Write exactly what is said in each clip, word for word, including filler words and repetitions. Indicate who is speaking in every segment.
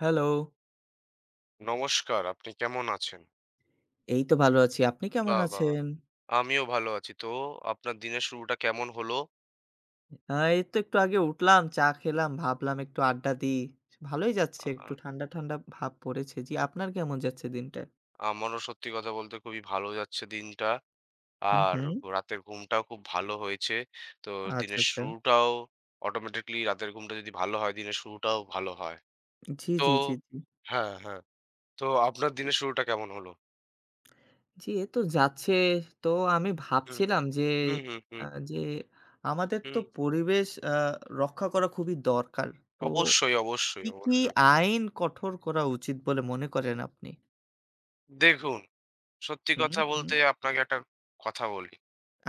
Speaker 1: Hello.
Speaker 2: নমস্কার, আপনি কেমন আছেন?
Speaker 1: এই তো ভালো আছি। আপনি কেমন
Speaker 2: বাহ! বাহ! বাহ!
Speaker 1: আছেন?
Speaker 2: আমিও ভালো আছি। তো আপনার দিনের শুরুটা কেমন হলো?
Speaker 1: আ এই তো একটু আগে উঠলাম, চা খেলাম, ভাবলাম একটু আড্ডা দিই। ভালোই
Speaker 2: আ
Speaker 1: যাচ্ছে, একটু ঠান্ডা, ঠান্ডা ভাব পড়েছে। জি, আপনার কেমন যাচ্ছে দিনটা?
Speaker 2: আমারও সত্যি কথা বলতে খুবই ভালো যাচ্ছে দিনটা।
Speaker 1: হুম,
Speaker 2: আর
Speaker 1: হুম।
Speaker 2: রাতের ঘুমটাও খুব ভালো হয়েছে। তো
Speaker 1: আচ্ছা,
Speaker 2: দিনের
Speaker 1: আচ্ছা।
Speaker 2: শুরুটাও অটোমেটিক্যালি রাতের ঘুমটা যদি ভালো হয়, দিনের শুরুটাও ভালো হয়।
Speaker 1: জি,
Speaker 2: তো
Speaker 1: জি, জি, জি।
Speaker 2: হ্যাঁ, হ্যাঁ। তো আপনার দিনের শুরুটা কেমন হলো?
Speaker 1: জি, এই তো যাচ্ছে। তো আমি
Speaker 2: হুম,
Speaker 1: ভাবছিলাম যে,
Speaker 2: হুম, হুম, হুম,
Speaker 1: আ যে আমাদের
Speaker 2: হুম।
Speaker 1: তো পরিবেশ আ রক্ষা করা খুবই দরকার। তো
Speaker 2: অবশ্যই, অবশ্যই,
Speaker 1: কি, কি
Speaker 2: অবশ্যই।
Speaker 1: আইন কঠোর করা উচিত বলে মনে করেন আপনি?
Speaker 2: দেখুন, সত্যি
Speaker 1: হুম,
Speaker 2: কথা
Speaker 1: হুম।
Speaker 2: বলতে আপনাকে একটা কথা বলি।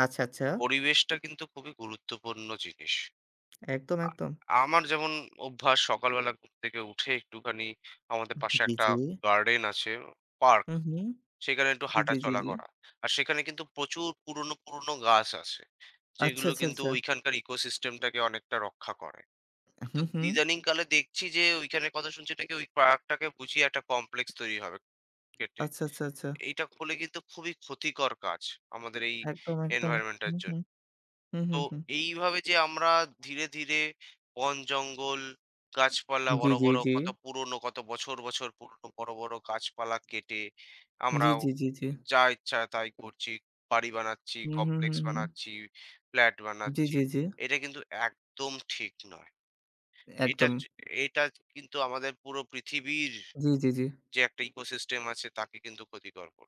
Speaker 1: আচ্ছা, আচ্ছা।
Speaker 2: পরিবেশটা কিন্তু খুবই গুরুত্বপূর্ণ জিনিস।
Speaker 1: একদম,
Speaker 2: আ
Speaker 1: একদম।
Speaker 2: আমার যেমন অভ্যাস সকালবেলা ঘুম থেকে উঠে একটুখানি আমাদের পাশে
Speaker 1: জি,
Speaker 2: একটা
Speaker 1: জি।
Speaker 2: গার্ডেন আছে, পার্ক।
Speaker 1: হুম, হুম।
Speaker 2: সেখানে একটু
Speaker 1: জি, জি, জি,
Speaker 2: হাঁটাচলা
Speaker 1: জি।
Speaker 2: করা। আর সেখানে কিন্তু প্রচুর পুরনো, পুরনো গাছ আছে।
Speaker 1: আচ্ছা,
Speaker 2: যেগুলো
Speaker 1: আচ্ছা,
Speaker 2: কিন্তু
Speaker 1: আচ্ছা।
Speaker 2: ওইখানকার ইকোসিস্টেমটাকে অনেকটা রক্ষা করে। তো
Speaker 1: হুম, হুম।
Speaker 2: ইদানিং কালে দেখছি যে ওইখানে কথা শুনছি নাকি ওই পার্কটাকে বুঝিয়ে একটা কমপ্লেক্স তৈরি হবে কেটে।
Speaker 1: আচ্ছা, আচ্ছা, আচ্ছা।
Speaker 2: এইটা হলে কিন্তু খুবই ক্ষতিকর কাজ আমাদের এই
Speaker 1: একদম, একদম।
Speaker 2: এনভায়রনমেন্ট এর
Speaker 1: হুম,
Speaker 2: জন্য।
Speaker 1: হুম। হুম,
Speaker 2: তো
Speaker 1: হুম, হুম।
Speaker 2: এইভাবে যে আমরা ধীরে, ধীরে বন জঙ্গল, গাছপালা
Speaker 1: জি,
Speaker 2: বড়,
Speaker 1: জি,
Speaker 2: বড়
Speaker 1: জি।
Speaker 2: কত পুরনো, কত বছর, বছর পুরনো বড়, বড় গাছপালা কেটে
Speaker 1: জি,
Speaker 2: আমরাও
Speaker 1: জি, জি, জি।
Speaker 2: যা ইচ্ছা তাই করছি। বাড়ি বানাচ্ছি,
Speaker 1: হুম, হুম,
Speaker 2: কমপ্লেক্স
Speaker 1: হুম, হুম।
Speaker 2: বানাচ্ছি, ফ্ল্যাট
Speaker 1: জি,
Speaker 2: বানাচ্ছি।
Speaker 1: জি, জি।
Speaker 2: এটা কিন্তু একদম ঠিক নয়। এটা
Speaker 1: একদম।
Speaker 2: চ এটা কিন্তু আমাদের পুরো পৃথিবীর
Speaker 1: জি, জি, জি।
Speaker 2: যে একটা ইকোসিস্টেম আছে তাকে কিন্তু ক্ষতিকর কর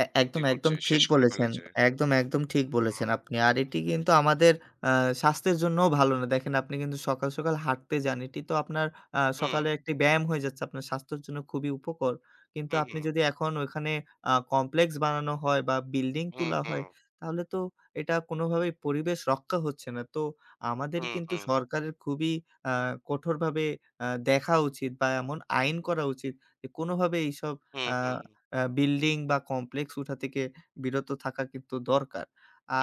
Speaker 1: এ
Speaker 2: ক্ষতি
Speaker 1: একদম,
Speaker 2: করছে,
Speaker 1: একদম
Speaker 2: শেষ
Speaker 1: ঠিক
Speaker 2: করে
Speaker 1: বলেছেন।
Speaker 2: ফেলেছে।
Speaker 1: একদম, একদম ঠিক
Speaker 2: হুম।
Speaker 1: বলেছেন আপনি। আর এটি কিন্তু আমাদের আ স্বাস্থ্যের জন্যও ভালো না। দেখেন আপনি কিন্তু সকাল, সকাল হাঁটতে যান। এটি তো আপনার আ
Speaker 2: হুম,
Speaker 1: সকালে একটি ব্যায়াম হয়ে যাচ্ছে। আপনার স্বাস্থ্যের জন্য খুবই উপকর। কিন্তু
Speaker 2: হুম,
Speaker 1: আপনি
Speaker 2: হুম,
Speaker 1: যদি এখন ওইখানে আ কমপ্লেক্স বানানো হয় বা বিল্ডিং
Speaker 2: হুম,
Speaker 1: তোলা
Speaker 2: হুম,
Speaker 1: হয়, তাহলে তো এটা কোনোভাবেই পরিবেশ রক্ষা হচ্ছে না। তো আমাদের
Speaker 2: হুম,
Speaker 1: কিন্তু
Speaker 2: হুম, হুম,
Speaker 1: সরকারের খুবই আ কঠোরভাবে আ দেখা উচিত বা এমন আইন করা উচিত যে কোনোভাবে এইসব
Speaker 2: হুম,
Speaker 1: আ
Speaker 2: হুম।
Speaker 1: অ্যা বিল্ডিং বা কমপ্লেক্স উঠা থেকে বিরত থাকা কিন্তু দরকার।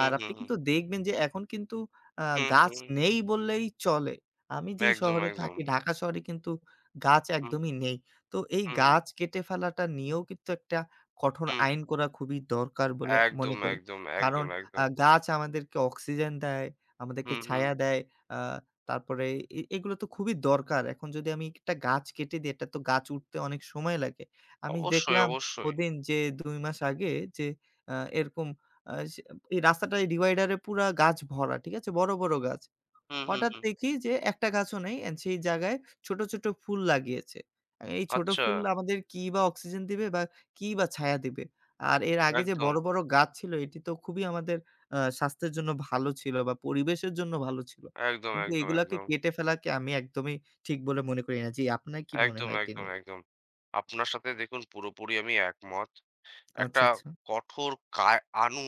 Speaker 1: আর
Speaker 2: হুম,
Speaker 1: আপনি
Speaker 2: হুম।
Speaker 1: কিন্তু দেখবেন যে এখন কিন্তু আ
Speaker 2: হুম,
Speaker 1: গাছ
Speaker 2: হুম।
Speaker 1: নেই বললেই চলে। আমি যেই
Speaker 2: একদম,
Speaker 1: শহরে
Speaker 2: একদম।
Speaker 1: থাকি, ঢাকা শহরে কিন্তু গাছ
Speaker 2: হুম,
Speaker 1: একদমই নেই। তো এই
Speaker 2: হুম,
Speaker 1: গাছ কেটে ফেলাটা নিয়েও কিন্তু একটা কঠোর
Speaker 2: হুম।
Speaker 1: আইন করা খুবই দরকার বলে
Speaker 2: একদম,
Speaker 1: মনে করি।
Speaker 2: একদম,
Speaker 1: কারণ
Speaker 2: একদম, একদম।
Speaker 1: আ গাছ আমাদেরকে অক্সিজেন দেয়, আমাদেরকে
Speaker 2: হুম, হুম।
Speaker 1: ছায়া দেয়। আ তারপরে এ এগুলো তো খুবই দরকার। এখন যদি আমি একটা গাছ কেটে দিই, একটা তো গাছ উঠতে অনেক সময় লাগে। আমি
Speaker 2: অবশ্যই,
Speaker 1: দেখলাম
Speaker 2: অবশ্যই।
Speaker 1: ওদিন যে দুই মাস আগে যে আ এরকম আ সে এই রাস্তাটায় ডিভাইডারে পুরা গাছ ভরা। ঠিক আছে? বড়, বড় গাছ।
Speaker 2: হুম, হুম,
Speaker 1: হঠাৎ
Speaker 2: হুম।
Speaker 1: দেখি যে একটা গাছও নেই অ্যান্ড সেই জায়গায় ছোট, ছোট ফুল লাগিয়েছে। এই ছোট
Speaker 2: আচ্ছা।
Speaker 1: ফুল আমাদের কি বা অক্সিজেন দিবে বা কি বা ছায়া দিবে? আর এর আগে যে
Speaker 2: একদম,
Speaker 1: বড়, বড় গাছ ছিল এটি তো খুবই আমাদের আ স্বাস্থ্যের জন্য ভালো ছিল বা পরিবেশের জন্য ভালো ছিল।
Speaker 2: একদম,
Speaker 1: কিন্তু
Speaker 2: একদম,
Speaker 1: এগুলাকে
Speaker 2: একদম।
Speaker 1: কেটে ফেলাকে আমি একদমই ঠিক বলে মনে করি না। জি, আপনার কি মনে
Speaker 2: একদম,
Speaker 1: হয় এটি
Speaker 2: একদম,
Speaker 1: নিয়ে?
Speaker 2: একদম। আপনার সাথে দেখুন পুরোপুরি আমি একমত। একটা
Speaker 1: আচ্ছা, আচ্ছা।
Speaker 2: কঠোর কা আনু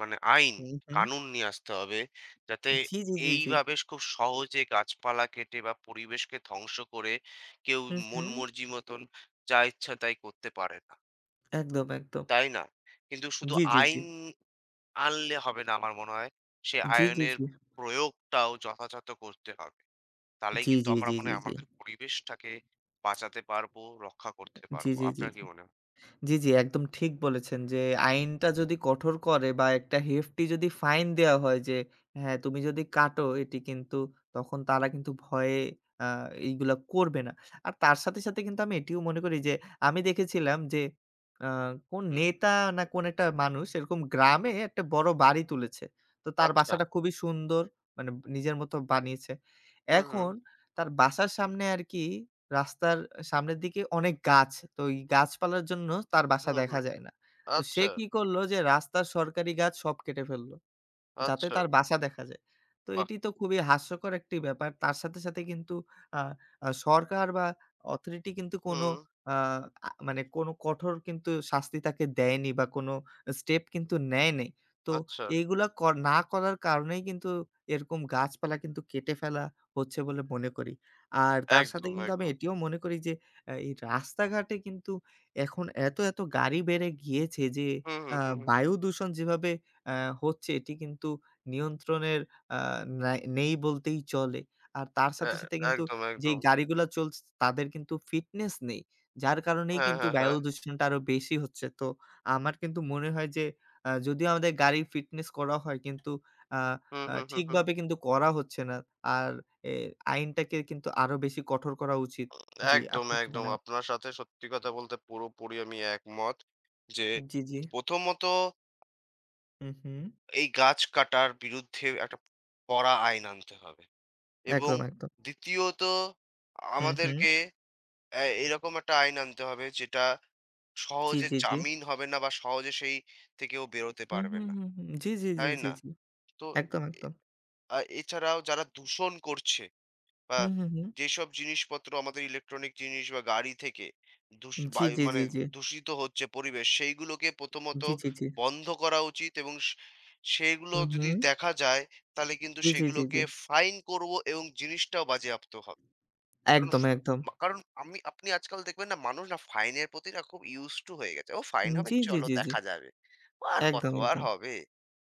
Speaker 2: মানে আইন,
Speaker 1: হুম, হুম।
Speaker 2: কানুন নিয়ে আসতে হবে। যাতে
Speaker 1: জি, জি, জি, জি।
Speaker 2: এইভাবে খুব সহজে গাছপালা কেটে বা পরিবেশকে ধ্বংস করে কেউ
Speaker 1: হুম,
Speaker 2: মন
Speaker 1: হুম।
Speaker 2: মর্জি মতন যা ইচ্ছা তাই করতে পারে না।
Speaker 1: একদম, একদম।
Speaker 2: তাই না? কিন্তু শুধু
Speaker 1: জি, জি, জি।
Speaker 2: আইন আনলে হবে না আমার মনে হয়। সে
Speaker 1: জি, জি,
Speaker 2: আইনের
Speaker 1: জি।
Speaker 2: প্রয়োগটাও যথাযথ করতে হবে। তাহলেই
Speaker 1: জি,
Speaker 2: কিন্তু
Speaker 1: জি,
Speaker 2: আমরা
Speaker 1: জি,
Speaker 2: মনে
Speaker 1: জি,
Speaker 2: হয়
Speaker 1: জি।
Speaker 2: আমাদের পরিবেশটাকে বাঁচাতে পারবো, রক্ষা করতে
Speaker 1: জি,
Speaker 2: পারবো।
Speaker 1: জি, জি,
Speaker 2: আপনার
Speaker 1: জি।
Speaker 2: কি মনে হয়?
Speaker 1: জি, জি, একদম ঠিক বলেছেন যে আইনটা যদি কঠোর করে বা একটা হেফটি যদি ফাইন দেওয়া হয় যে, হ্যাঁ, তুমি যদি কাটো এটি কিন্তু তখন তারা কিন্তু ভয়ে আ এইগুলা করবে না। আর তার সাথে, সাথে কিন্তু আমি এটিও মনে করি যে আমি দেখেছিলাম যে আ কোন
Speaker 2: হুম,
Speaker 1: নেতা না কোন একটা মানুষ এরকম গ্রামে
Speaker 2: হুম।
Speaker 1: একটা বড় বাড়ি তুলেছে। তো তার
Speaker 2: আচ্ছা।
Speaker 1: বাসাটা খুবই সুন্দর মানে নিজের মতো বানিয়েছে।
Speaker 2: হুম, হুম।
Speaker 1: এখন তার বাসার সামনে আরকি রাস্তার সামনের দিকে অনেক গাছ। তো এই গাছপালার জন্য তার বাসা
Speaker 2: হুম,
Speaker 1: দেখা
Speaker 2: হুম।
Speaker 1: যায় না। তো সে
Speaker 2: আচ্ছা,
Speaker 1: কি করল যে রাস্তার সরকারি গাছ সব কেটে ফেলল। যাতে
Speaker 2: আচ্ছা।
Speaker 1: তার বাসা দেখা যায়। তো
Speaker 2: বাহ!
Speaker 1: এটি তো খুবই হাস্যকর একটি ব্যাপার। তার সাথে, সাথে কিন্তু আ আ সরকার বা অথরিটি কিন্তু কোনো
Speaker 2: হুম,
Speaker 1: আ আ মানে কোনো কঠোর কিন্তু শাস্তি তাকে দেয়নি বা কোনো স্টেপ কিন্তু নেয় নাই। তো
Speaker 2: আচ্ছা।
Speaker 1: এইগুলা কর না করার কারণেই কিন্তু এরকম গাছপালা কিন্তু কেটে ফেলা হচ্ছে বলে মনে করি। আর তার সাথে
Speaker 2: একদম,
Speaker 1: কিন্তু আমি
Speaker 2: একদম।
Speaker 1: এটিও মনে করি যে আ এই রাস্তাঘাটে কিন্তু এখন এত, এত গাড়ি বেড়ে গিয়েছে যে
Speaker 2: হুম, হুম,
Speaker 1: আ
Speaker 2: হুম, হুম।
Speaker 1: বায়ু দূষণ যেভাবে অ্যা হচ্ছে এটি কিন্তু নিয়ন্ত্রণের আ নাই নেই বলতেই চলে। আর তার
Speaker 2: এ
Speaker 1: সাথে, সাথে কিন্তু
Speaker 2: একদম,
Speaker 1: যেই
Speaker 2: একদম।
Speaker 1: গাড়িগুলা চলছে তাদের কিন্তু ফিটনেস নেই। যার কারণেই
Speaker 2: হ্যাঁ,
Speaker 1: কিন্তু
Speaker 2: হ্যাঁ,
Speaker 1: বায়ু
Speaker 2: হ্যাঁ।
Speaker 1: দূষণটা আরো বেশি হচ্ছে। তো আমার কিন্তু মনে হয় যে আ যদিও আমাদের গাড়ির ফিটনেস করা হয় কিন্তু আ
Speaker 2: হুম,
Speaker 1: আ
Speaker 2: হুম, হুম, হুম।
Speaker 1: ঠিকভাবে কিন্তু করা হচ্ছে না। আর এ আইনটাকে কিন্তু আরো বেশি কঠোর করা উচিত। জি,
Speaker 2: একদম,
Speaker 1: আপনার কি
Speaker 2: একদম।
Speaker 1: মনে হয়?
Speaker 2: আপনার সাথে সত্যি কথা বলতে পুরোপুরি আমি একমত। যে
Speaker 1: জি, জি।
Speaker 2: প্রথমত
Speaker 1: হু, হু।
Speaker 2: এই গাছ কাটার বিরুদ্ধে একটা কড়া আইন আনতে হবে। এবং
Speaker 1: একদম, একদম।
Speaker 2: দ্বিতীয়ত
Speaker 1: হু, হু।
Speaker 2: আমাদেরকে অ্যা এরকম একটা আইন আনতে হবে যেটা
Speaker 1: জি,
Speaker 2: সহজে
Speaker 1: জি, জি।
Speaker 2: জামিন হবে না বা সহজে সেই থেকে ও বেরোতে
Speaker 1: হু,
Speaker 2: পারবে
Speaker 1: হু,
Speaker 2: না।
Speaker 1: হু, হু। জি, জি, জি,
Speaker 2: তাই
Speaker 1: জি,
Speaker 2: না?
Speaker 1: জি।
Speaker 2: তো
Speaker 1: একদম,
Speaker 2: এ
Speaker 1: একদম।
Speaker 2: আ এছাড়াও যারা দূষণ করছে বা
Speaker 1: হুম, হুম, হুম।
Speaker 2: যেসব জিনিসপত্র আমাদের ইলেকট্রনিক জিনিস বা গাড়ি থেকে দূষ
Speaker 1: জি,
Speaker 2: বায়ু
Speaker 1: জি,
Speaker 2: মানে
Speaker 1: জি, জি।
Speaker 2: দূষিত হচ্ছে পরিবেশ সেইগুলোকে প্রথমত
Speaker 1: জি, জি, জি।
Speaker 2: বন্ধ করা উচিত এবং স সেগুলো
Speaker 1: হুম,
Speaker 2: যদি
Speaker 1: হুম।
Speaker 2: দেখা যায় তাহলে কিন্তু
Speaker 1: জি, জি, জি, জি।
Speaker 2: সেগুলোকে ফাইন করব এবং জিনিসটাও বাজেয়াপ্ত হবে। কারণ
Speaker 1: একদম,
Speaker 2: ফা
Speaker 1: একদম।
Speaker 2: মা কারণ আমি আপনি আজকাল দেখবেন না মানুষ না ফাইনের প্রতি না খুব used to হয়ে গেছে। ও ফাইন
Speaker 1: উম
Speaker 2: হবে
Speaker 1: জি, জি,
Speaker 2: চলো
Speaker 1: জি, জি।
Speaker 2: দেখা যাবে। আর
Speaker 1: একদম,
Speaker 2: কতবার
Speaker 1: একদম।
Speaker 2: হবে?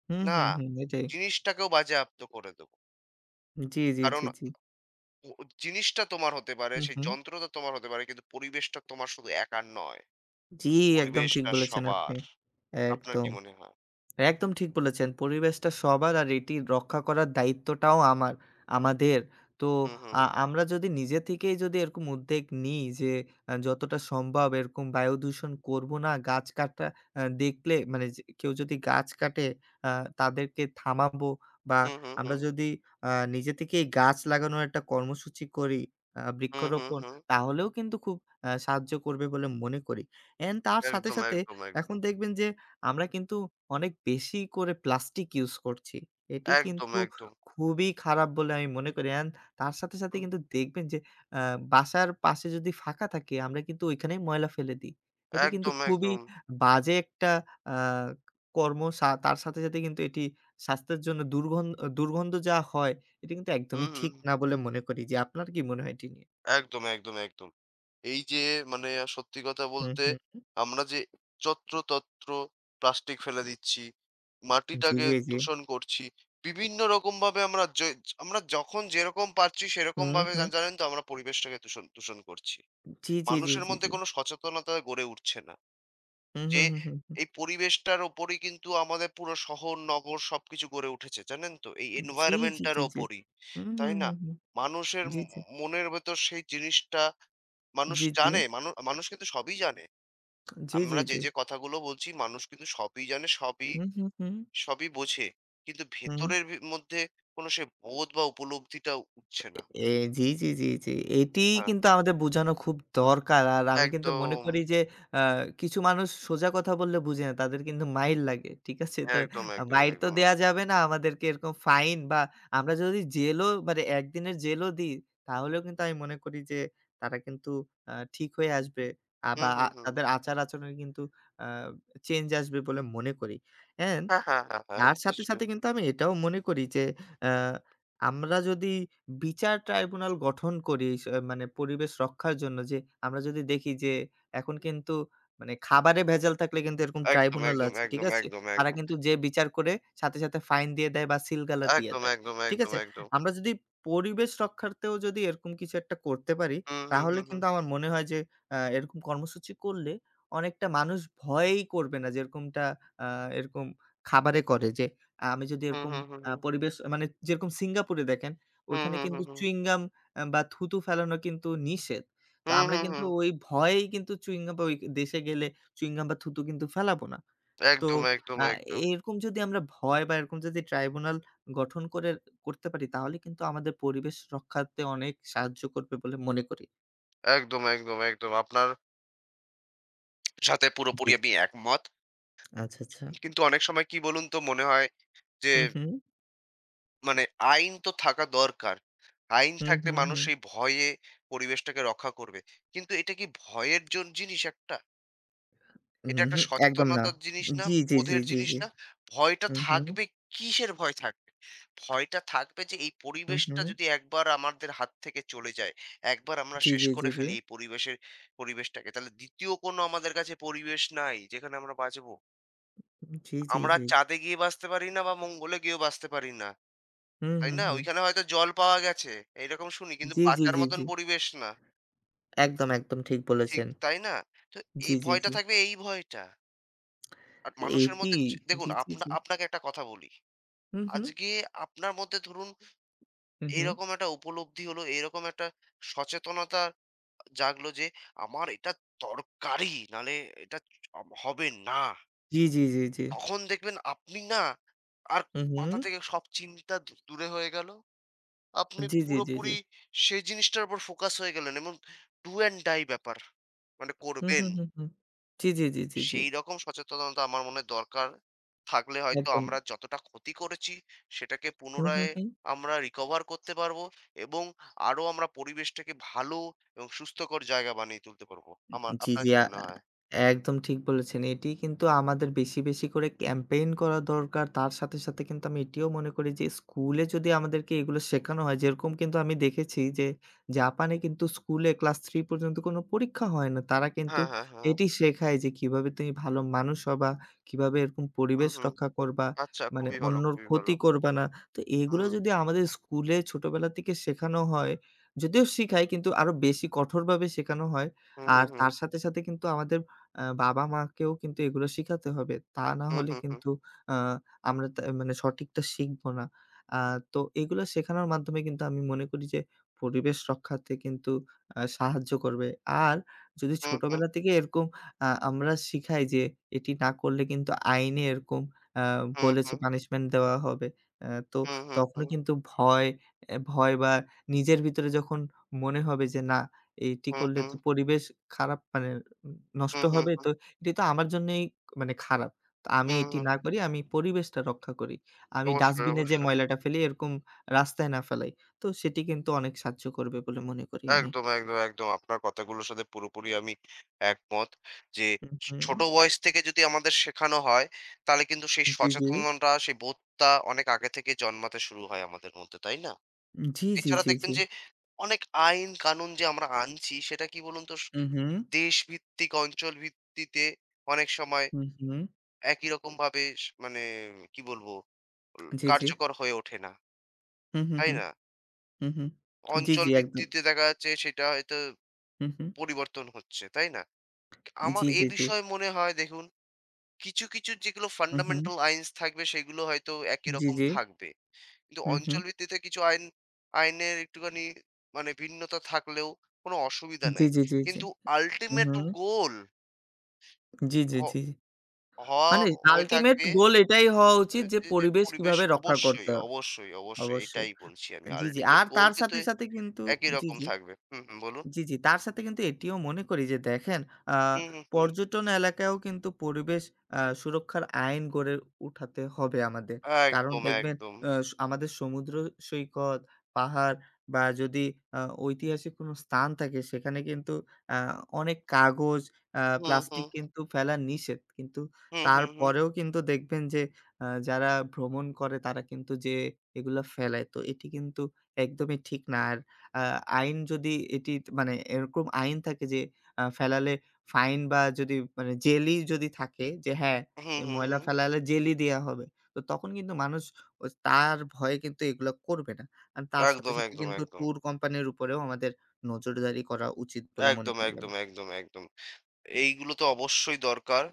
Speaker 1: হুম,
Speaker 2: না,
Speaker 1: হুম, হুম। এটাই।
Speaker 2: জিনিসটাকেও বাজেয়াপ্ত করে দেব।
Speaker 1: জি, জি,
Speaker 2: কারণ
Speaker 1: জি, জি।
Speaker 2: ও জিনিসটা তোমার হতে পারে,
Speaker 1: হুম,
Speaker 2: সেই
Speaker 1: হুম।
Speaker 2: যন্ত্রটা তোমার হতে পারে কিন্তু পরিবেশটা তোমার শুধু একার নয়।
Speaker 1: জি, একদম ঠিক
Speaker 2: পরিবেশটা
Speaker 1: বলেছেন
Speaker 2: সবার।
Speaker 1: আপনি।
Speaker 2: আপনার কি
Speaker 1: একদম।
Speaker 2: মনে হয়?
Speaker 1: একদম ঠিক বলেছেন। পরিবেশটা সবার আর এটি রক্ষা করার দায়িত্বটাও আমার আমাদের। তো
Speaker 2: হুম, হুম,
Speaker 1: আ
Speaker 2: হুম।
Speaker 1: আমরা যদি নিজে থেকেই যদি এরকম উদ্যোগ নিই যে আ যতটা সম্ভব এরকম বায়ু দূষণ করব না, গাছ কাটা আ দেখলে মানে যে কেউ যদি গাছ কাটে আ তাদেরকে থামাবো বা
Speaker 2: হুম, হুম,
Speaker 1: আমরা
Speaker 2: হুম।
Speaker 1: যদি আ নিজে থেকেই গাছ লাগানোর একটা কর্মসূচি করি, আ
Speaker 2: হুম, হুম,
Speaker 1: বৃক্ষরোপণ
Speaker 2: হুম।
Speaker 1: তাহলেও কিন্তু খুব আ সাহায্য করবে বলে মনে করি। অ্যান্ড তার সাথে,
Speaker 2: একদম,
Speaker 1: সাথে
Speaker 2: একদম,
Speaker 1: এখন
Speaker 2: একদম।
Speaker 1: দেখবেন যে আমরা কিন্তু অনেক বেশি করে প্লাস্টিক ইউজ করছি। এটি
Speaker 2: একদম,
Speaker 1: কিন্তু
Speaker 2: একদম।
Speaker 1: খুবই খারাপ বলে আমি মনে করি। অ্যান্ড তার সাথে, সাথে
Speaker 2: হুম।
Speaker 1: কিন্তু দেখবেন যে আ বাসার পাশে যদি ফাঁকা থাকে আমরা কিন্তু ওইখানেই ময়লা ফেলে দিই। এটি কিন্তু
Speaker 2: একদম,
Speaker 1: খুবই
Speaker 2: একদম।
Speaker 1: বাজে একটা আ কর্ম। সা তার সাথে, সাথে কিন্তু এটি স্বাস্থ্যের জন্য দুর্গন দুর্গন্ধ যা হয় এটি কিন্তু
Speaker 2: হুম,
Speaker 1: একদমই
Speaker 2: হুম।
Speaker 1: ঠিক না বলে মনে করি যে আপনার কি মনে হয় এটি নিয়ে?
Speaker 2: একদম, একদম, একদম। এই যে মানে সত্যি কথা
Speaker 1: হুম,
Speaker 2: বলতে
Speaker 1: হুম, হুম।
Speaker 2: আমরা যে যত্রতত্র প্লাস্টিক ফেলে দিচ্ছি,
Speaker 1: জি,
Speaker 2: মাটিটাকে
Speaker 1: জি, জি।
Speaker 2: দূষণ করছি। বিভিন্ন রকমভাবে আমরা যে আমরা যখন যেরকম পারছি
Speaker 1: হুম,
Speaker 2: সেরকমভাবে জা
Speaker 1: হুম।
Speaker 2: জানেন তো আমরা পরিবেশটাকে দূষণ দূষণ করছি।
Speaker 1: জি, জি, জি,
Speaker 2: মানুষের
Speaker 1: জি,
Speaker 2: মধ্যে
Speaker 1: জি।
Speaker 2: কোনো সচেতনতা গড়ে উঠছে না।
Speaker 1: হুম,
Speaker 2: যে
Speaker 1: হুম, হুম, হুম, হুম।
Speaker 2: এই পরিবেশটার ওপরই কিন্তু আমাদের পুরো শহর নগর সবকিছু গড়ে উঠেছে জানেন তো এই
Speaker 1: জি, জি,
Speaker 2: এনভায়রনমেন্টটার
Speaker 1: জি, জি।
Speaker 2: ওপরই
Speaker 1: হুম,
Speaker 2: তাই
Speaker 1: হুম,
Speaker 2: না
Speaker 1: হুম, হুম।
Speaker 2: মানুষের
Speaker 1: জি,
Speaker 2: ম-
Speaker 1: জি।
Speaker 2: মনের ভেতর সেই জিনিসটা মানুষ
Speaker 1: জি, জি।
Speaker 2: জানে মানুষ মানুষ কিন্তু সবই জানে
Speaker 1: জি, জি,
Speaker 2: আমরা যে
Speaker 1: জি।
Speaker 2: যে কথাগুলো বলছি মানুষ কিন্তু সবই জানে সবই
Speaker 1: হুম, হুম, হুম।
Speaker 2: সবই বোঝে কিন্তু
Speaker 1: হুম।
Speaker 2: ভেতরের ভি- মধ্যে কোনো সে বোধ বা উপলব্ধিটা উঠছে না
Speaker 1: এ জি, জি, জি, জি। এটিই
Speaker 2: হ্যাঁ
Speaker 1: কিন্তু আমাদের বোঝানো খুব দরকার। আর আমি কিন্তু মনে
Speaker 2: একদম
Speaker 1: করি যে আ কিছু মানুষ সোজা কথা বললে বুঝে না। তাদের কিন্তু মাইর লাগে। ঠিক আছে? তো
Speaker 2: একদম একদম
Speaker 1: মাইর তো
Speaker 2: একদম
Speaker 1: দেয়া যাবে না। আমাদেরকে এরকম ফাইন বা আমরা যদি জেলও মানে এক দিনের জেলও দিই, তাহলেও কিন্তু আমি মনে করি যে তারা কিন্তু আ ঠিক হয়ে আসবে। আ বা
Speaker 2: হুম
Speaker 1: আ
Speaker 2: হুম হুম
Speaker 1: তাদের আচার-আচরণে কিন্তু আ চেঞ্জ আসবে বলে মনে করি। হ্যাঁ?
Speaker 2: হ্যাঁ হ্যাঁ হ্যাঁ হ্যাঁ
Speaker 1: তার সাথে,
Speaker 2: নিশ্চয়ই
Speaker 1: সাথে কিন্তু আমি এটাও মনে করি যে আ আমরা যদি বিচার ট্রাইব্যুনাল গঠন করি স মানে পরিবেশ রক্ষার জন্য যে আমরা যদি দেখি যে এখন কিন্তু মানে খাবারে ভেজাল থাকলে কিন্তু এরকম
Speaker 2: একদম
Speaker 1: ট্রাইব্যুনাল
Speaker 2: একদম
Speaker 1: আছে। ঠিক
Speaker 2: একদম
Speaker 1: আছে?
Speaker 2: একদম
Speaker 1: তারা
Speaker 2: একদম
Speaker 1: কিন্তু যেয়ে বিচার করে সাথে, সাথে ফাইন দিয়ে দেয় বা সিলগালা দিয়ে
Speaker 2: একদম,
Speaker 1: দেয়।
Speaker 2: একদম,
Speaker 1: ঠিক
Speaker 2: একদম,
Speaker 1: আছে?
Speaker 2: একদম।
Speaker 1: আমরা যদি পরিবেশ রক্ষার্থেও যদি এরকম কিছু একটা করতে পারি
Speaker 2: হুম, হুম,
Speaker 1: তাহলে
Speaker 2: হুম, হুম।
Speaker 1: কিন্তু আমার মনে হয় যে আ এরকম কর্মসূচি করলে অনেকটা মানুষ ভয়ই করবে না যে এরকমটা আ এরকম খাবারে করে যে আ আমি যদি
Speaker 2: হুম,
Speaker 1: এরকম
Speaker 2: হুম, হুম,
Speaker 1: আ
Speaker 2: হুম।
Speaker 1: পরিবেশ মানে যেরকম সিঙ্গাপুরে দেখেন,
Speaker 2: হুম,
Speaker 1: ওইখানে
Speaker 2: হুম, হুম,
Speaker 1: কিন্তু
Speaker 2: হুম।
Speaker 1: চুইং গাম আ বা থুতু ফেলানো কিন্তু নিষেধ। তো
Speaker 2: হুম,
Speaker 1: আমরা
Speaker 2: হুম,
Speaker 1: কিন্তু
Speaker 2: হুম।
Speaker 1: ওই ভয়েই কিন্তু চুইং গাম বা ওই দেশে গেলে চুইং গাম বা থুতু কিন্তু ফেলাবো না। তো
Speaker 2: একদম, একদম,
Speaker 1: আ
Speaker 2: একদম।
Speaker 1: এরকম যদি আমরা ভয় বা এরকম যদি ট্রাইব্যুনাল গঠন করে করতে পারি তাহলে কিন্তু আমাদের পরিবেশ রক্ষাতে অনেক সাহায্য করবে বলে মনে করি।
Speaker 2: একদম, একদম, একদম। আপনার সাথে পুরোপুরি
Speaker 1: জি,
Speaker 2: আমি একমত।
Speaker 1: আচ্ছা, আচ্ছা।
Speaker 2: কিন্তু অনেক সময় কি বলুন তো মনে হয় যে
Speaker 1: হু, হু,
Speaker 2: মানে আইন তো থাকা দরকার। আইন
Speaker 1: হু,
Speaker 2: থাকলে
Speaker 1: হু,
Speaker 2: মানুষ
Speaker 1: হু।
Speaker 2: এই ভয়ে পরিবেশটাকে রক্ষা করবে। কিন্তু এটা কি ভয়ের জন জিনিস একটা? এটা একটা
Speaker 1: উহু, একদম না।
Speaker 2: সচেতনতার জিনিস না,
Speaker 1: জি, জি, জি,
Speaker 2: বোধের
Speaker 1: জি,
Speaker 2: জিনিস
Speaker 1: জি।
Speaker 2: না। ভয়টা
Speaker 1: হু, হু,
Speaker 2: থাকবে, কিসের ভয় থাকবে? ভয়টা থাকবে যে এই
Speaker 1: হু, হু।
Speaker 2: পরিবেশটা যদি একবার আমাদের হাত থেকে চলে যায়, একবার আমরা
Speaker 1: জি,
Speaker 2: শেষ
Speaker 1: জি,
Speaker 2: করে
Speaker 1: জি, জি।
Speaker 2: ফেলি এই পরিবেশের পরিবেশটাকে, তাহলে দ্বিতীয় কোনো আমাদের কাছে পরিবেশ নাই যেখানে আমরা বাঁচবো।
Speaker 1: জি, জি,
Speaker 2: আমরা
Speaker 1: জি।
Speaker 2: চাঁদে গিয়ে বাঁচতে পারি না বা মঙ্গলে গিয়েও বাঁচতে পারি না।
Speaker 1: হুম,
Speaker 2: তাই
Speaker 1: হুম,
Speaker 2: না?
Speaker 1: হুম।
Speaker 2: ওইখানে হয়তো জল পাওয়া গেছে, এইরকম শুনি। কিন্তু
Speaker 1: জি, জি,
Speaker 2: বাঁচার
Speaker 1: জি,
Speaker 2: মতন
Speaker 1: জি।
Speaker 2: পরিবেশ না।
Speaker 1: একদম, একদম ঠিক
Speaker 2: ঠিক,
Speaker 1: বলেছেন।
Speaker 2: তাই না? তো এই
Speaker 1: জি, জি,
Speaker 2: ভয়টা
Speaker 1: জি।
Speaker 2: থাকবে এই ভয়টা। আর মানুষের
Speaker 1: এটি
Speaker 2: মধ্যে চ দেখুন
Speaker 1: জি, জি,
Speaker 2: আপনা
Speaker 1: জি।
Speaker 2: আপনাকে একটা কথা বলি।
Speaker 1: হুম, হুম।
Speaker 2: আজকে আপনার মধ্যে ধরুন
Speaker 1: হুম, হুম।
Speaker 2: এইরকম একটা উপলব্ধি হলো, এইরকম একটা সচেতনতা জাগলো যে আমার এটা দরকারি, নাহলে এটা আব হবে না।
Speaker 1: জি, জি, জি, জি।
Speaker 2: তখন দেখবেন আপনি না আর
Speaker 1: হুম,
Speaker 2: মাথা
Speaker 1: হুম।
Speaker 2: থেকে সব চিন্তা দূ দূরে হয়ে গেল। আপনি
Speaker 1: জি, জি, জি, জি।
Speaker 2: পুরোপুরি সেই জিনিসটার উপর ফোকাস হয়ে গেলেন এবং do and die ব্যাপার। মানে
Speaker 1: হুম,
Speaker 2: করবেন।
Speaker 1: হুম, হুম, হুম। জি, জি, জি, জি, জি।
Speaker 2: সেই রকম সচেতনতা আমার মনে দরকার। থাকলে হয়তো
Speaker 1: একদম।
Speaker 2: আমরা যতটা ক্ষতি করেছি সেটাকে
Speaker 1: হুম,
Speaker 2: পুনরায়
Speaker 1: হুম, হুম।
Speaker 2: আমরা recover করতে পারবো এবং আরো আমরা পরিবেশটাকে ভালো এবং সুস্থকর জায়গা বানিয়ে তুলতে পারবো। আমার
Speaker 1: জি,
Speaker 2: আপনার
Speaker 1: জি।
Speaker 2: কি
Speaker 1: আ
Speaker 2: মনে হয়?
Speaker 1: একদম ঠিক বলেছেন। এটি কিন্তু আমাদের বেশি, বেশি করে ক্যাম্পেইন করা দরকার। তার সাথে, সাথে কিন্তু আমি এটিও মনে করি যে স্কুলে যদি আমাদেরকে এগুলো শেখানো হয়, যেরকম কিন্তু আমি দেখেছি যে জাপানে কিন্তু স্কুলে ক্লাস থ্রি পর্যন্ত কোনো পরীক্ষা হয় না। তারা কিন্তু
Speaker 2: হ্যাঁ, হ্যাঁ, হ্যাঁ।
Speaker 1: এটি শেখায় যে কিভাবে তুমি ভালো মানুষ হবা, কিভাবে এরকম
Speaker 2: হুম,
Speaker 1: পরিবেশ
Speaker 2: হুম।
Speaker 1: রক্ষা করবা,
Speaker 2: আচ্ছা
Speaker 1: মানে
Speaker 2: খুবই ভালো,
Speaker 1: অন্যর
Speaker 2: খুবই ভালো।
Speaker 1: ক্ষতি করবা না। তো এগুলো
Speaker 2: হুম।
Speaker 1: যদি আমাদের স্কুলে ছোটবেলা থেকে শেখানো হয়, যদিও শিখায় কিন্তু আরো বেশি কঠোরভাবে শেখানো হয়
Speaker 2: হুম, হুম,
Speaker 1: আর
Speaker 2: হুম।
Speaker 1: তার সাথে, সাথে কিন্তু আমাদের আ বাবা-মাকেও কিন্তু এগুলো শিখাতে হবে। তা না
Speaker 2: হুম,
Speaker 1: হলে
Speaker 2: হুম, হুম।
Speaker 1: কিন্তু আ আমরা তা মানে সঠিকটা শিখবো না। আ তো এগুলো শেখানোর মাধ্যমে কিন্তু আমি মনে করি যে পরিবেশ রক্ষাতে কিন্তু আ সাহায্য করবে। আর যদি
Speaker 2: হুম, হুম,
Speaker 1: ছোটবেলা থেকে এরকম আ আমরা শিখাই যে এটি না করলে কিন্তু আইনে এরকম আ
Speaker 2: হুম,
Speaker 1: বলেছে
Speaker 2: হুম।
Speaker 1: পানিশমেন্ট দেওয়া হবে। আ তো
Speaker 2: হুম, হুম,
Speaker 1: তখনও
Speaker 2: হুম।
Speaker 1: কিন্তু ভয়, এ ভয় বা নিজের ভিতরে যখন মনে হবে যে না এটি
Speaker 2: হুম,
Speaker 1: করলে
Speaker 2: হুম।
Speaker 1: তো পরিবেশ খারাপ মানে উম নষ্ট
Speaker 2: হুম, হুম,
Speaker 1: হবে।
Speaker 2: হুম।
Speaker 1: তো এটি তো আমার জন্যই মানে খারাপ। তো আমি
Speaker 2: হুম,
Speaker 1: এটি
Speaker 2: হুম।
Speaker 1: না করি, আমি পরিবেশটা রক্ষা করি। আমি
Speaker 2: অবশ্যই,
Speaker 1: ডাস্টবিনে যে
Speaker 2: অবশ্যই।
Speaker 1: ময়লাটা ফেলি এরকম রাস্তায় না ফেলাই। তো সেটি কিন্তু অনেক সাহায্য করবে বলে মনে করি আমি।
Speaker 2: একদম, একদম, একদম। আপনার কথাগুলোর সাথে পুরোপুরি আমি একমত। যে
Speaker 1: হুম,
Speaker 2: ছ
Speaker 1: হুম।
Speaker 2: ছোট বয়স থেকে যদি আমাদের শেখানো হয়, তাহলে কিন্তু সেই
Speaker 1: জি, জি।
Speaker 2: সচেতনতা, সেই বোধটা অনেক আগে থেকে জন্মাতে শুরু হয় আমাদের মধ্যে, তাই না?
Speaker 1: জি, জি,
Speaker 2: এছাড়া
Speaker 1: জি,
Speaker 2: দেখবেন
Speaker 1: জি।
Speaker 2: যে অনেক আইন কানুন যে আমরা আনছি, সেটা কি বলুন তো স
Speaker 1: হুম, হুম।
Speaker 2: দেশভিত্তিক, অঞ্চল ভিত্তিতে অনেক সময়
Speaker 1: হুম, হুম।
Speaker 2: একই রকমভাবে স মানে কি বলবো? উ
Speaker 1: জি, জি।
Speaker 2: কার্যকর হয়ে ওঠে না,
Speaker 1: হুম, হুম,
Speaker 2: তাই
Speaker 1: হুম।
Speaker 2: না?
Speaker 1: হুম, হুম। জি,
Speaker 2: অঞ্চল
Speaker 1: জি একদম।
Speaker 2: ভিত্তিতে দেখা যাচ্ছে সেটা হয়তো
Speaker 1: হুম, হুম।
Speaker 2: পরিবর্তন হচ্ছে, তাই না? আমার
Speaker 1: জি,
Speaker 2: এই
Speaker 1: জি, জি।
Speaker 2: বিষয়ে মনে হয় দেখুন, কিছু, কিছু যেগুলো
Speaker 1: হুম, হুম।
Speaker 2: ফান্ডামেন্টাল আইনস থাকবে সেগুলো হয়তো একই
Speaker 1: জি,
Speaker 2: রকম
Speaker 1: জি।
Speaker 2: থাকবে। কিন্তু
Speaker 1: হুম, হুম।
Speaker 2: অঞ্চল ভিত্তিতে কিছু আইন আইনের একটুখানি মানে ভিন্নতা থাকলেও কোনো অসুবিধা
Speaker 1: জি,
Speaker 2: নাই।
Speaker 1: জি, জি, জি।
Speaker 2: কিন্তু
Speaker 1: হুম,
Speaker 2: আল্টিমেট
Speaker 1: হুম।
Speaker 2: গোল
Speaker 1: জি,
Speaker 2: হ
Speaker 1: জি, জি।
Speaker 2: হওয়া
Speaker 1: মানে
Speaker 2: হয়ে
Speaker 1: আল্টিমেট
Speaker 2: থাকবে
Speaker 1: গোল এটাই হওয়া
Speaker 2: এ
Speaker 1: উচিত যে
Speaker 2: যে, যে
Speaker 1: পরিবেশ
Speaker 2: পরিবেশ
Speaker 1: কিভাবে রক্ষা করতে
Speaker 2: অবশ্যই,
Speaker 1: হবে।
Speaker 2: অবশ্যই, অবশ্যই
Speaker 1: অবশ্যই।
Speaker 2: এটাই বলছি আমি।
Speaker 1: জি, জি।
Speaker 2: আল্টিমেট
Speaker 1: আর
Speaker 2: গোল
Speaker 1: তার
Speaker 2: কিন্তু
Speaker 1: সাথে, সাথে কিন্তু
Speaker 2: একই
Speaker 1: জি,
Speaker 2: রকম
Speaker 1: জি।
Speaker 2: থাকবে। হুম, হুম বলুন।
Speaker 1: জি, জি। তার সাথে কিন্তু এটিও মনে করি যে দেখেন আ
Speaker 2: হুম, হুম, হুম।
Speaker 1: পর্যটন এলাকায়ও কিন্তু পরিবেশ আ সুরক্ষার আইন গড়ে উঠাতে হবে আমাদের। কারণ
Speaker 2: একদম,
Speaker 1: দেখবেন
Speaker 2: একদম।
Speaker 1: আ স আমাদের সমুদ্র সৈকত, পাহাড় বা যদি আ ঐতিহাসিক কোনো স্থান থাকে সেখানে কিন্তু আ অনেক কাগজ, আ
Speaker 2: হুম, হুম,
Speaker 1: প্লাস্টিক
Speaker 2: হুম।
Speaker 1: কিন্তু ফেলা নিষেধ। কিন্তু
Speaker 2: হুম, হুম, হুম।
Speaker 1: তারপরেও কিন্তু দেখবেন যে আ যারা ভ্রমণ করে তারা কিন্তু যেয়ে এগুলা ফেলায়। তো এটি কিন্তু একদমই ঠিক না। আর আ আইন যদি এটি মানে এরকম আইন থাকে যে আ ফেলালে ফাইন বা যদি মানে জেলই যদি থাকে যে হ্যাঁ,
Speaker 2: হুম, হুম,
Speaker 1: তুমি
Speaker 2: হুম।
Speaker 1: ময়লা
Speaker 2: হুম
Speaker 1: ফেলালে জেলই দেয়া হবে। তো তখন কিন্তু মানুষ ও তার ভয়ে কিন্তু এগুলা করবে না। আর তার সাথে,
Speaker 2: একদম,
Speaker 1: সাথে
Speaker 2: একদম,
Speaker 1: কিন্তু
Speaker 2: একদম।
Speaker 1: ট্যুর কোম্পানির উপরেও আমাদের নজরদারি করা উচিত বলে মনে
Speaker 2: একদম,
Speaker 1: করি
Speaker 2: একদম,
Speaker 1: আমি।
Speaker 2: একদম, একদম। এইগুলো তো অবশ্যই দরকার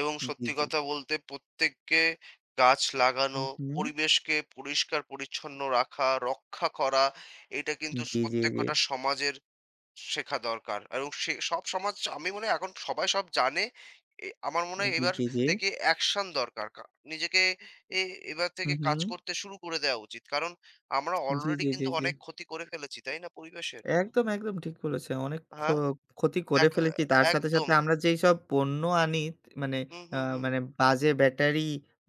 Speaker 2: এবং
Speaker 1: জি,
Speaker 2: সত্যি
Speaker 1: জি।
Speaker 2: কথা বলতে প্রত্যেককে গাছ
Speaker 1: হু,
Speaker 2: লাগানো,
Speaker 1: হু।
Speaker 2: পরিবেশকে পরিষ্কার-পরিচ্ছন্ন রাখা, রক্ষা করা এটা কিন্তু স
Speaker 1: জি, জি,
Speaker 2: প্রত্যেক
Speaker 1: জি।
Speaker 2: কটা সমাজের শেখা দরকার। এবং সে সব সমাজ আমি মনে হয় এখন সবাই সব জানে। এ আমার মনে হয়
Speaker 1: জি,
Speaker 2: এবার
Speaker 1: জি, জি।
Speaker 2: থেকে অ্যাকশন দরকার। কা নিজেকে এ এবার
Speaker 1: হু,
Speaker 2: থেকে
Speaker 1: হু।
Speaker 2: কাজ করতে শুরু করে দেওয়া উচিত। কারণ আমরা
Speaker 1: জি,
Speaker 2: অলরেডি
Speaker 1: জি, জি,
Speaker 2: কিন্তু
Speaker 1: জি।
Speaker 2: অনেক ক্ষতি করে ফেলেছি, তাই না পরিবেশের?
Speaker 1: একদম, একদম ঠিক বলেছেন। অনেক ক্ষ
Speaker 2: হ্যাঁ,
Speaker 1: ক্ষতি করে
Speaker 2: দেখা
Speaker 1: ফেলেছি। তার সাথে,
Speaker 2: একদম।
Speaker 1: সাথে আমরা যেই সব পণ্য আনি মানে
Speaker 2: হুম,
Speaker 1: আ
Speaker 2: হুম, হুম,
Speaker 1: মানে বাজে ব্যাটারি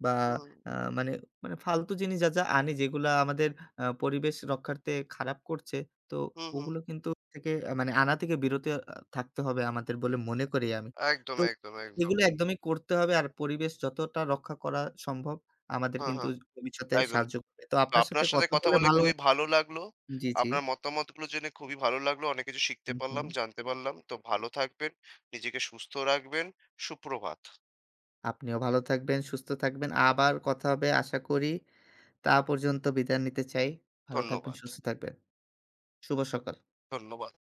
Speaker 1: বা
Speaker 2: হুম,
Speaker 1: আ মানে মানে ফালতু জিনিস যা, যা আনি যেগুলা আমাদের আ পরিবেশ রক্ষার্থে খারাপ করছে। তো
Speaker 2: হুম, হুম।
Speaker 1: ওগুলো কিন্তু থেকে আহ, মানে আনা থেকে বিরত আ থাকতে হবে আমাদের বলে মনে করি আমি।
Speaker 2: একদম,
Speaker 1: তো
Speaker 2: একদম, একদম।
Speaker 1: এগুলো একদমই করতে হবে। আর পরিবেশ যতটা রক্ষা করা সম্ভব আমাদের
Speaker 2: হ্যাঁ,
Speaker 1: কিন্তু
Speaker 2: হ্যাঁ,
Speaker 1: ভবিষ্যতে
Speaker 2: একদম।
Speaker 1: সাহায্য করবে। তো
Speaker 2: তো
Speaker 1: আপনার সাথে
Speaker 2: আপনার সাথে
Speaker 1: কথা
Speaker 2: কথা
Speaker 1: বলে
Speaker 2: বলে
Speaker 1: ভালো
Speaker 2: খুবই ভালো লাগলো।
Speaker 1: জি, জি।
Speaker 2: আপনার মতামতগুলো জেনে খুবই ভালো লাগলো। অনেক কিছু শিখতে
Speaker 1: হু, হু।
Speaker 2: পারলাম, জানতে পারলাম। তো ভালো থাকবেন, নিজেকে সুস্থ রাখবেন। সুপ্রভাত।
Speaker 1: আপনিও ভালো থাকবেন, সুস্থ থাকবেন। আবার কথা হবে আশা করি। তা পর্যন্ত বিদায় নিতে চাই। ভালো থাকবেন,
Speaker 2: ধন্যবাদ।
Speaker 1: সুস্থ থাকবেন। শুভ সকাল।
Speaker 2: ধন্যবাদ।